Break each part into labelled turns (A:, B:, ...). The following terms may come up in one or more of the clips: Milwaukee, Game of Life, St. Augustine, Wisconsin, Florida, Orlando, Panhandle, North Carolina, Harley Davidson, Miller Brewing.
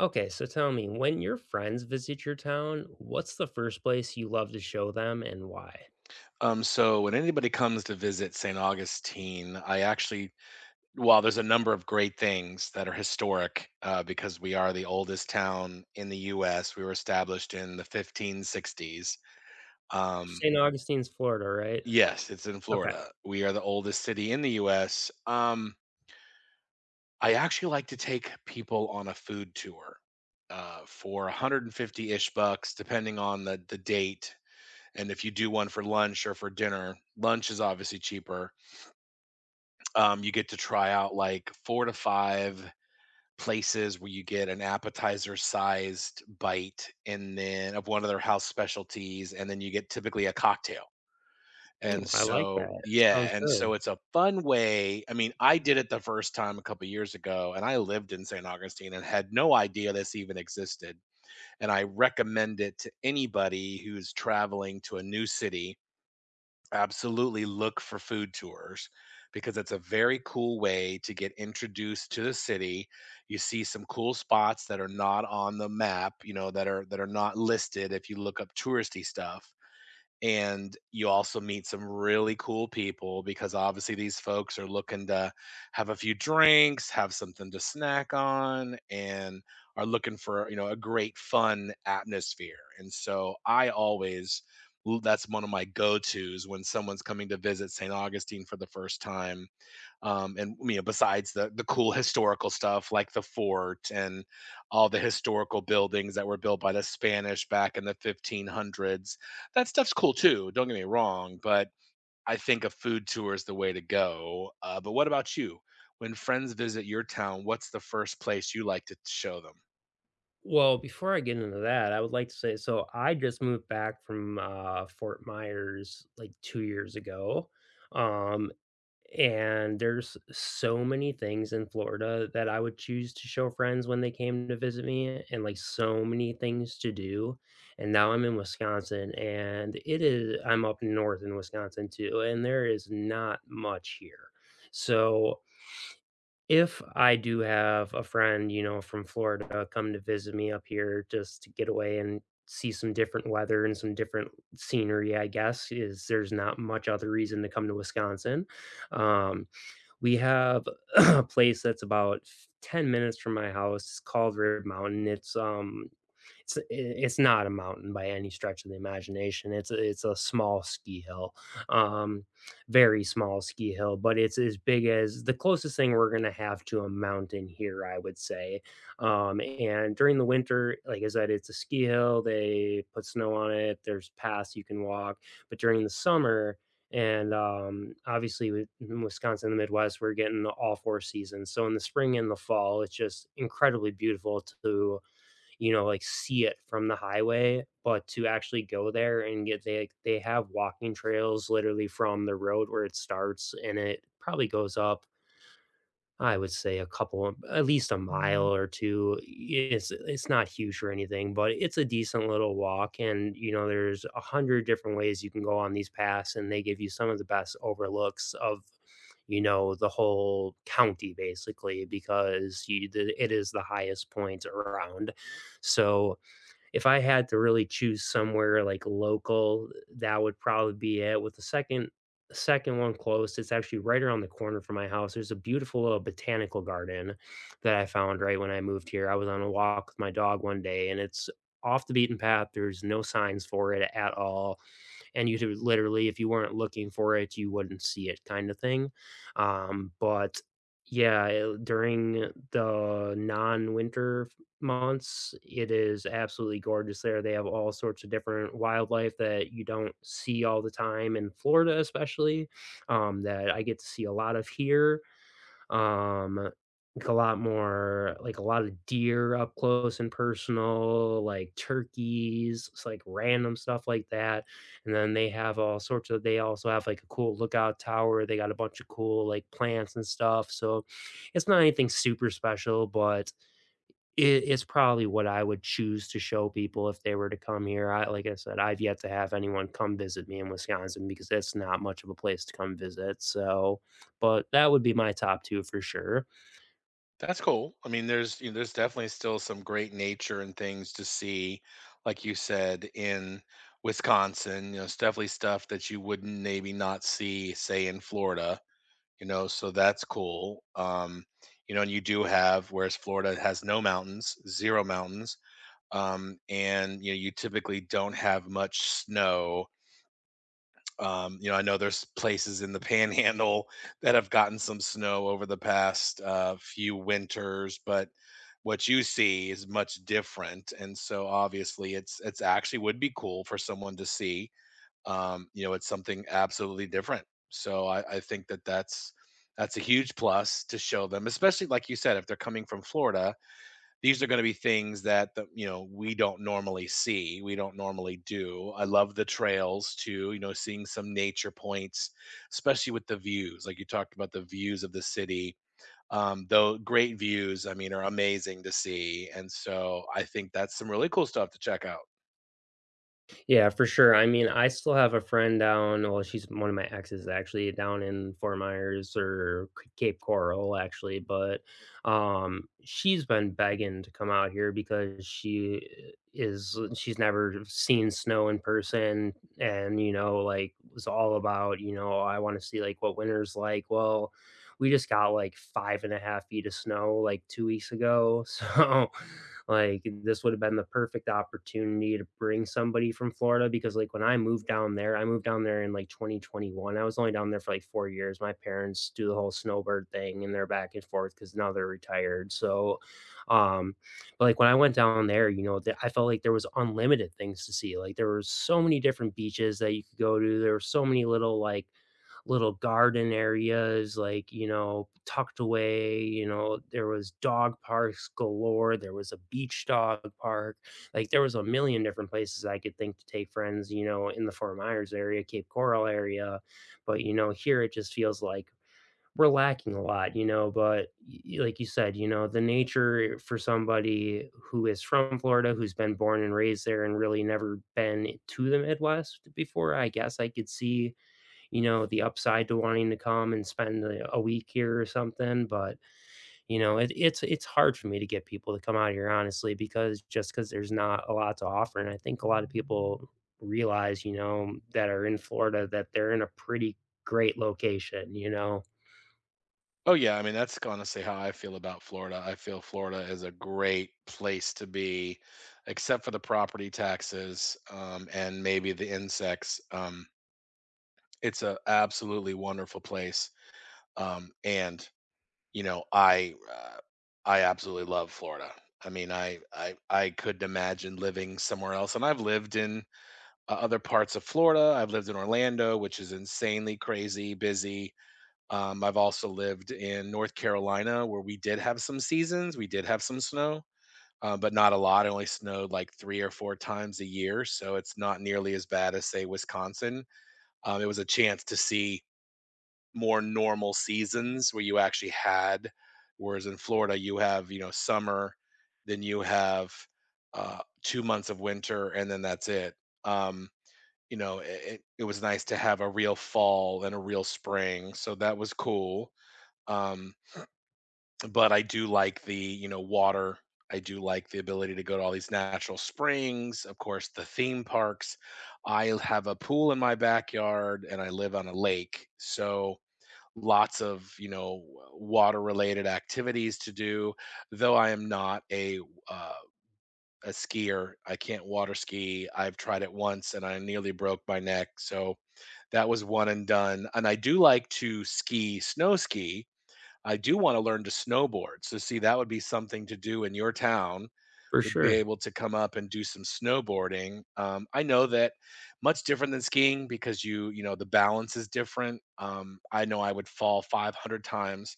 A: Okay, so tell me, when your friends visit your town, what's the first place you love to show them and why?
B: So when anybody comes to visit St. Augustine, I actually, while there's a number of great things that are historic, because we are the oldest town in the U.S. We were established in the 1560s. Um,
A: St. Augustine's, Florida, right?
B: yes, it's in
A: Okay.
B: Florida. We are the oldest city in the U.S. I actually like to take people on a food tour for 150-ish bucks, depending on the date. And if you do one for lunch or for dinner, lunch is obviously cheaper. You get to try out like 4 to 5 places where you get an appetizer-sized bite and then of one of their house specialties, and then you get typically a cocktail. And
A: Ooh, I like
B: so
A: that. Sounds
B: yeah, and so
A: good.
B: it's a fun way. I mean, I did it the first time a couple years ago, and I lived in St. Augustine and had no idea this even existed, and I recommend it to anybody who's traveling to a new city. Absolutely look for food tours because it's a very cool way to get introduced to the city. You see some cool spots that are not on the map, that are not listed if you look up touristy stuff, and you also meet some really cool people because obviously these folks are looking to have a few drinks, have something to snack on, and are looking for, a great fun atmosphere. And so I always that's one of my go-tos when someone's coming to visit St. Augustine for the first time, and besides the cool historical stuff like the fort and all the historical buildings that were built by the Spanish back in the 1500s, that stuff's cool too. Don't get me wrong, but I think a food tour is the way to go. But what about you? When friends visit your town, what's the first place you like to show them?
A: Well, before I get into that, I would like to say so I just moved back from Fort Myers like 2 years ago. Um, And there's so many things in Florida that I would choose to show friends when they came to visit me and like so many things to do. And now I'm in Wisconsin and it is I'm up north in Wisconsin too, and there is not much here. So if I do have a friend, you know, from Florida come to visit me up here just to get away and see some different weather and some different scenery, I guess, is there's not much other reason to come to Wisconsin. Um, we have a place that's about 10 minutes from my house. It's called Rib Mountain. It's not a mountain by any stretch of the imagination. It's a small ski hill, um, very small ski hill, but it's as big as the closest thing we're gonna have to a mountain here, I would say. And during the winter, like I said, it's a ski hill. They put snow on it. There's paths you can walk, but during the summer and obviously with in Wisconsin, the Midwest, we're getting all four seasons. So in the spring and the fall, it's just incredibly beautiful to, you know, like see it from the highway, but to actually go there and get they like, they have walking trails literally from the road where it starts, and it probably goes up, I would say a couple at least a mile or two. It's not huge or anything, but it's a decent little walk, and you know there's a hundred different ways you can go on these paths, and they give you some of the best overlooks of, you know, the whole county, basically because you, the, it is the highest point around. So if I had to really choose somewhere like local, that would probably be it. With the second one close, it's actually right around the corner from my house. There's a beautiful little botanical garden that I found right when I moved here. I was on a walk with my dog one day, and it's off the beaten path. There's no signs for it at all, and you could literally, if you weren't looking for it, you wouldn't see it, kind of thing. But yeah, during the months, it is absolutely gorgeous there. They have all sorts of different wildlife that you don't see all the time in Florida, especially, that I get to see a lot of here, um, like a lot more, like a lot of deer up close and personal, like turkeys, it's like random stuff like that. And then they have all sorts of, they also have like a cool lookout tower. They got a bunch of cool like plants and stuff. So it's not anything super special, but it is probably what I would choose to show people if they were to come here. I, like I said, I've yet to have anyone come visit me in Wisconsin because it's not much of a place to come visit. So, but that would be my top 2 for sure.
B: That's cool. I mean, there's there's definitely still some great nature and things to see, like you said, in Wisconsin. You know, it's definitely stuff that you wouldn't, maybe not see, say, in Florida. You know, so that's cool. You know, and you do have, whereas Florida has no mountains, zero mountains, and you know, you typically don't have much snow. You know, I know there's places in the Panhandle that have gotten some snow over the past few winters, but what you see is much different. And so obviously it's actually would be cool for someone to see. You know, it's something absolutely different. So I think that that's a huge plus to show them, especially like you said, if they're coming from Florida, these are going to be things that the, you know, we don't normally do. I love the trails too, you know, seeing some nature points, especially with the views, like you talked about, the views of the city. Though great views, I mean, are amazing to see, and so I think that's some really cool stuff to check out.
A: Yeah, for sure. I mean, I still have a friend down. Well, she's one of my exes, actually, down in Fort Myers or Cape Coral, actually, but she's been begging to come out here because she's never seen snow in person, and you know, like was all about, you know, I want to see like what winter's like. Well, we just got like five and a half feet of snow like 2 weeks ago, so like, this would have been the perfect opportunity to bring somebody from Florida because, like, when I moved down there, I moved down there in like 2021. I was only down there for like 4 years. My parents do the whole snowbird thing, and they're back and forth because now they're retired. So, um, but like when I went down there, you know, I felt like there was unlimited things to see. Like there were so many different beaches that you could go to. There were so many little like little garden areas, like, you know, tucked away, you know, there was dog parks galore, there was a beach dog park. Like there was a million different places I could think to take friends, you know, in the Fort Myers area, Cape Coral area, but you know, here it just feels like we're lacking a lot, you know, but like you said, you know, the nature for somebody who is from Florida, who's been born and raised there and really never been to the Midwest before, I guess I could see, you know, the upside to wanting to come and spend a week here or something, but, you know, it's hard for me to get people to come out here, honestly, because just because there's not a lot to offer, and I think a lot of people realize, you know, that are in Florida that they're in a pretty great location, you know?
B: Oh yeah, I mean, that's honestly how I feel about Florida. I feel Florida is a great place to be, except for the property taxes, and maybe the insects. It's a absolutely wonderful place, and, you know, I I absolutely love Florida. I mean, I couldn't imagine living somewhere else, and I've lived in o other parts of Florida. I've lived in Orlando, which is insanely crazy busy. I've also lived in North Carolina where we did have some seasons, we did have some snow, but not a lot. It only snowed like 3 or 4 times a year, so it's not nearly as bad as, say, Wisconsin. It was a chance to see more normal seasons where you actually had, whereas in Florida you have, you know, summer, then you have 2 months of winter and then that's it. Um, you know, it, it was nice to have a real fall and a real spring, so that was cool. Um, but I do like the, you know, water. I do like the ability to go to all these natural springs, of course, the theme parks. I have a pool in my backyard and I live on a lake. So lots of, you know, water related activities to do, though I am not a uh, a skier. I can't water ski. I've tried it once and I nearly broke my neck, so that was one and done. And I do like to ski, snow ski. I do want to learn to snowboard. So see, that would be something to do in your town,
A: For
B: would be
A: sure.
B: able to come up and do some snowboarding. I know that much different than skiing because you know, the balance is different. I know I would fall 500 times,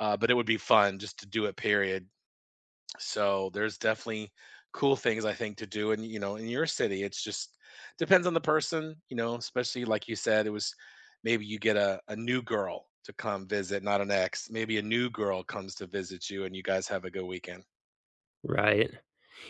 B: but it would be fun just to do it. Period. So there's definitely cool things I think to do, and you know, in your city, it's just depends on the person. You know, especially like you said, it was, maybe you get a new girl to come visit, not an ex. Maybe a new girl comes to visit you, and you guys have a good weekend.
A: Right.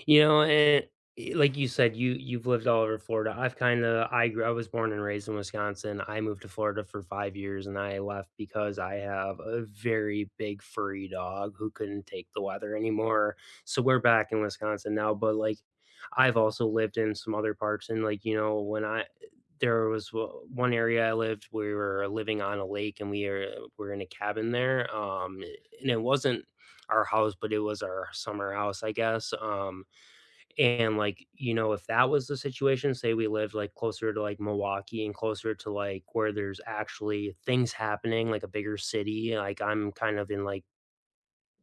A: You know, and i, like you said, you you've lived all over Florida. I've kinda I was born and raised in Wisconsin. I moved to Florida for 5 years, and I left because I have a very big furry dog who couldn't take the weather anymore. So, we're back in Wisconsin now, but, like, I've also lived in some other parts and, like, you know, when I there was one area I lived, we were living on a lake, and we are were in a cabin there, and it wasn't our house, but it was our summer house, I guess, um, and, like, you know, if that was the situation, say we lived, like, closer to, like, Milwaukee and closer to, like, where there's actually things happening, like, a bigger city, like, I'm kind of in, like,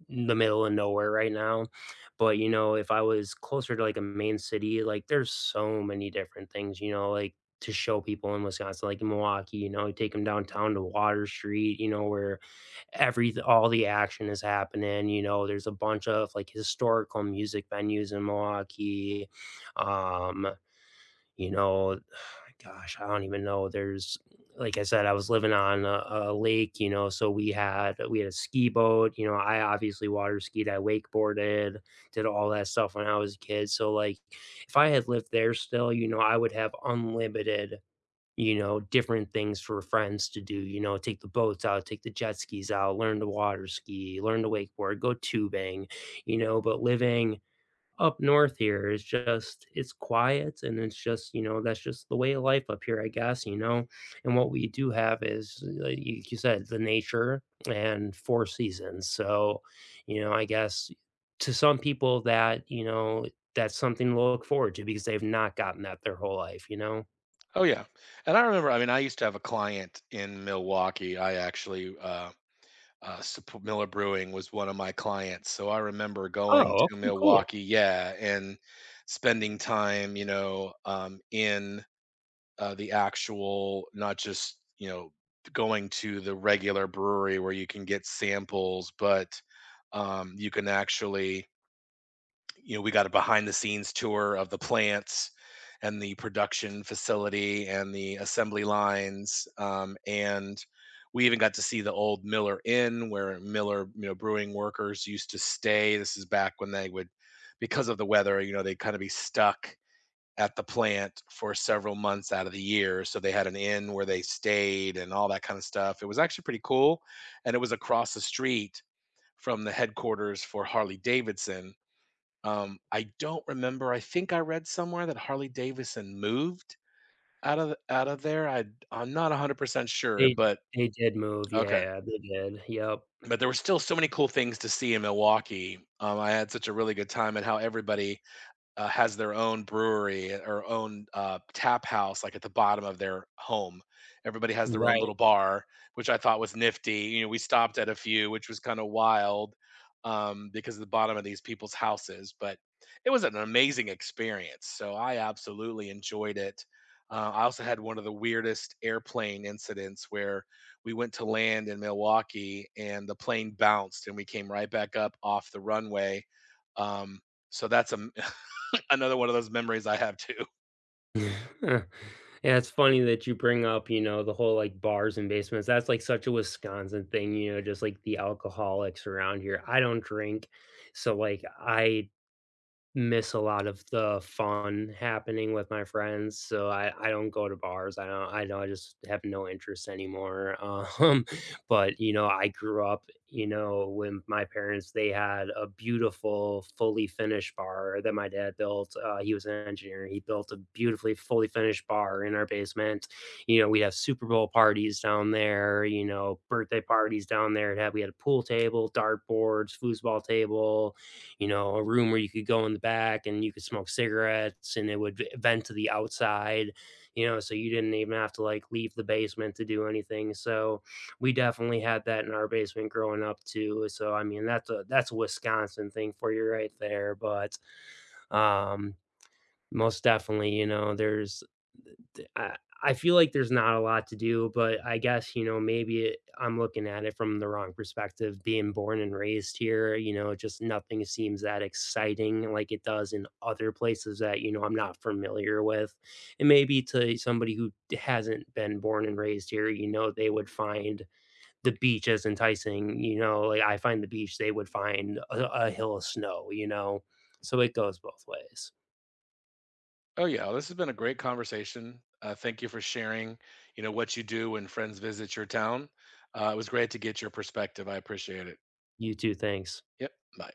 A: the middle of nowhere right now, but, you know, if I was closer to, like, a main city, like, there's so many different things, you know, like, to show people in Wisconsin, like, in Milwaukee, you know, you take them downtown to Water Street, you know, where every all the action is happening. You know, there's a bunch of like historical music venues in Milwaukee. Um, you know, gosh, I don't even know. There's, like I said, I was living on a lake, you know, so we had a ski boat. You know, I obviously water skied, I wakeboarded, did all that stuff when I was a kid. So like, if I had lived there still, you know, I would have unlimited, you know, different things for friends to do, you know, take the boats out, take the jet skis out, learn to water ski, learn to wakeboard, go tubing, you know, but living up north here is just it's quiet, and it's just, you know, that's just the way of life up here, I guess, you know. And what we do have is like you said, the nature and four seasons. So, you know, I guess to some people that, you know, that's something to look forward to because they've not gotten that their whole life, you know.
B: Oh yeah, and I remember. I mean, I used to have a client in Milwaukee. Miller Brewing was one of my clients, so I remember going
A: Oh,
B: to
A: okay, cool.
B: Milwaukee. Yeah, and spending time, in the actual, not just, you know, going to the regular brewery where you can get samples, but you can actually, you know, we got a behind the scenes tour of the plants and the production facility and the assembly lines. And we even got to see the old Miller Inn where Miller, you know, brewing workers used to stay. This is back when they would, because of the weather, you know, they'd kind of be stuck at the plant for several months out of the year. So they had an inn where they stayed and all that kind of stuff. It was actually pretty cool. And it was across the street from the headquarters for Harley Davidson. I don't remember. I think I read somewhere that Harley Davidson moved out of there. I'm not 100% sure,
A: They
B: but
A: they did move,
B: okay.
A: yeah, they did, yep,
B: But there were still so many cool things to see in Milwaukee. I had such a really good time. And how everybody has their own brewery or own tap house, like at the bottom of their home. Everybody has their own
A: right.
B: little bar, which I thought was nifty. You know, we stopped at a few, which was kind of wild, because of the bottom of these people's houses, but it was an amazing experience. So I absolutely enjoyed it. I also had one of the weirdest airplane incidents where we went to land in Milwaukee and the plane bounced and we came right back up off the runway. Um, so that's a another one of those memories I have too.
A: Yeah, it's funny that you bring up, you know, the whole, like, bars and basements, that's, like, such a Wisconsin thing, you know, just, like, the alcoholics around here. I don't drink, so, like, I miss a lot of the fun happening with my friends, so I don't go to bars, I don't I don't I just have no interest anymore, um, but, you know, I grew up, you know, when my parents, they had a beautiful, fully finished bar that my dad built, he was an engineer, he built a beautifully fully finished bar in our basement, you know, we have Super Bowl parties down there, you know, birthday parties down there, it had we had a pool table, dartboards, foosball table, you know, a room where you could go in the back and you could smoke cigarettes and it would vent to the outside, you know, so you didn't even have to like leave the basement to do anything. So we definitely had that in our basement growing up too. So I mean, that's a Wisconsin thing for you right there, but um, most definitely, you know, there's I I feel like there's not a lot to do, but I guess, you know, maybe it, I'm looking at it from the wrong perspective, being born and raised here, you know, just nothing seems that exciting like it does in other places that, you know, I'm not familiar with. And maybe to somebody who hasn't been born and raised here, you know, they would find the beach as enticing, you know, like I find the beach, they would find a hill of snow, you know. So it goes both ways.
B: Oh yeah, well, this has been a great conversation. Thank you for sharing, you know, what you do when friends visit your town. It was great to get your perspective. I appreciate it.
A: You too, thanks.
B: Yep. Bye.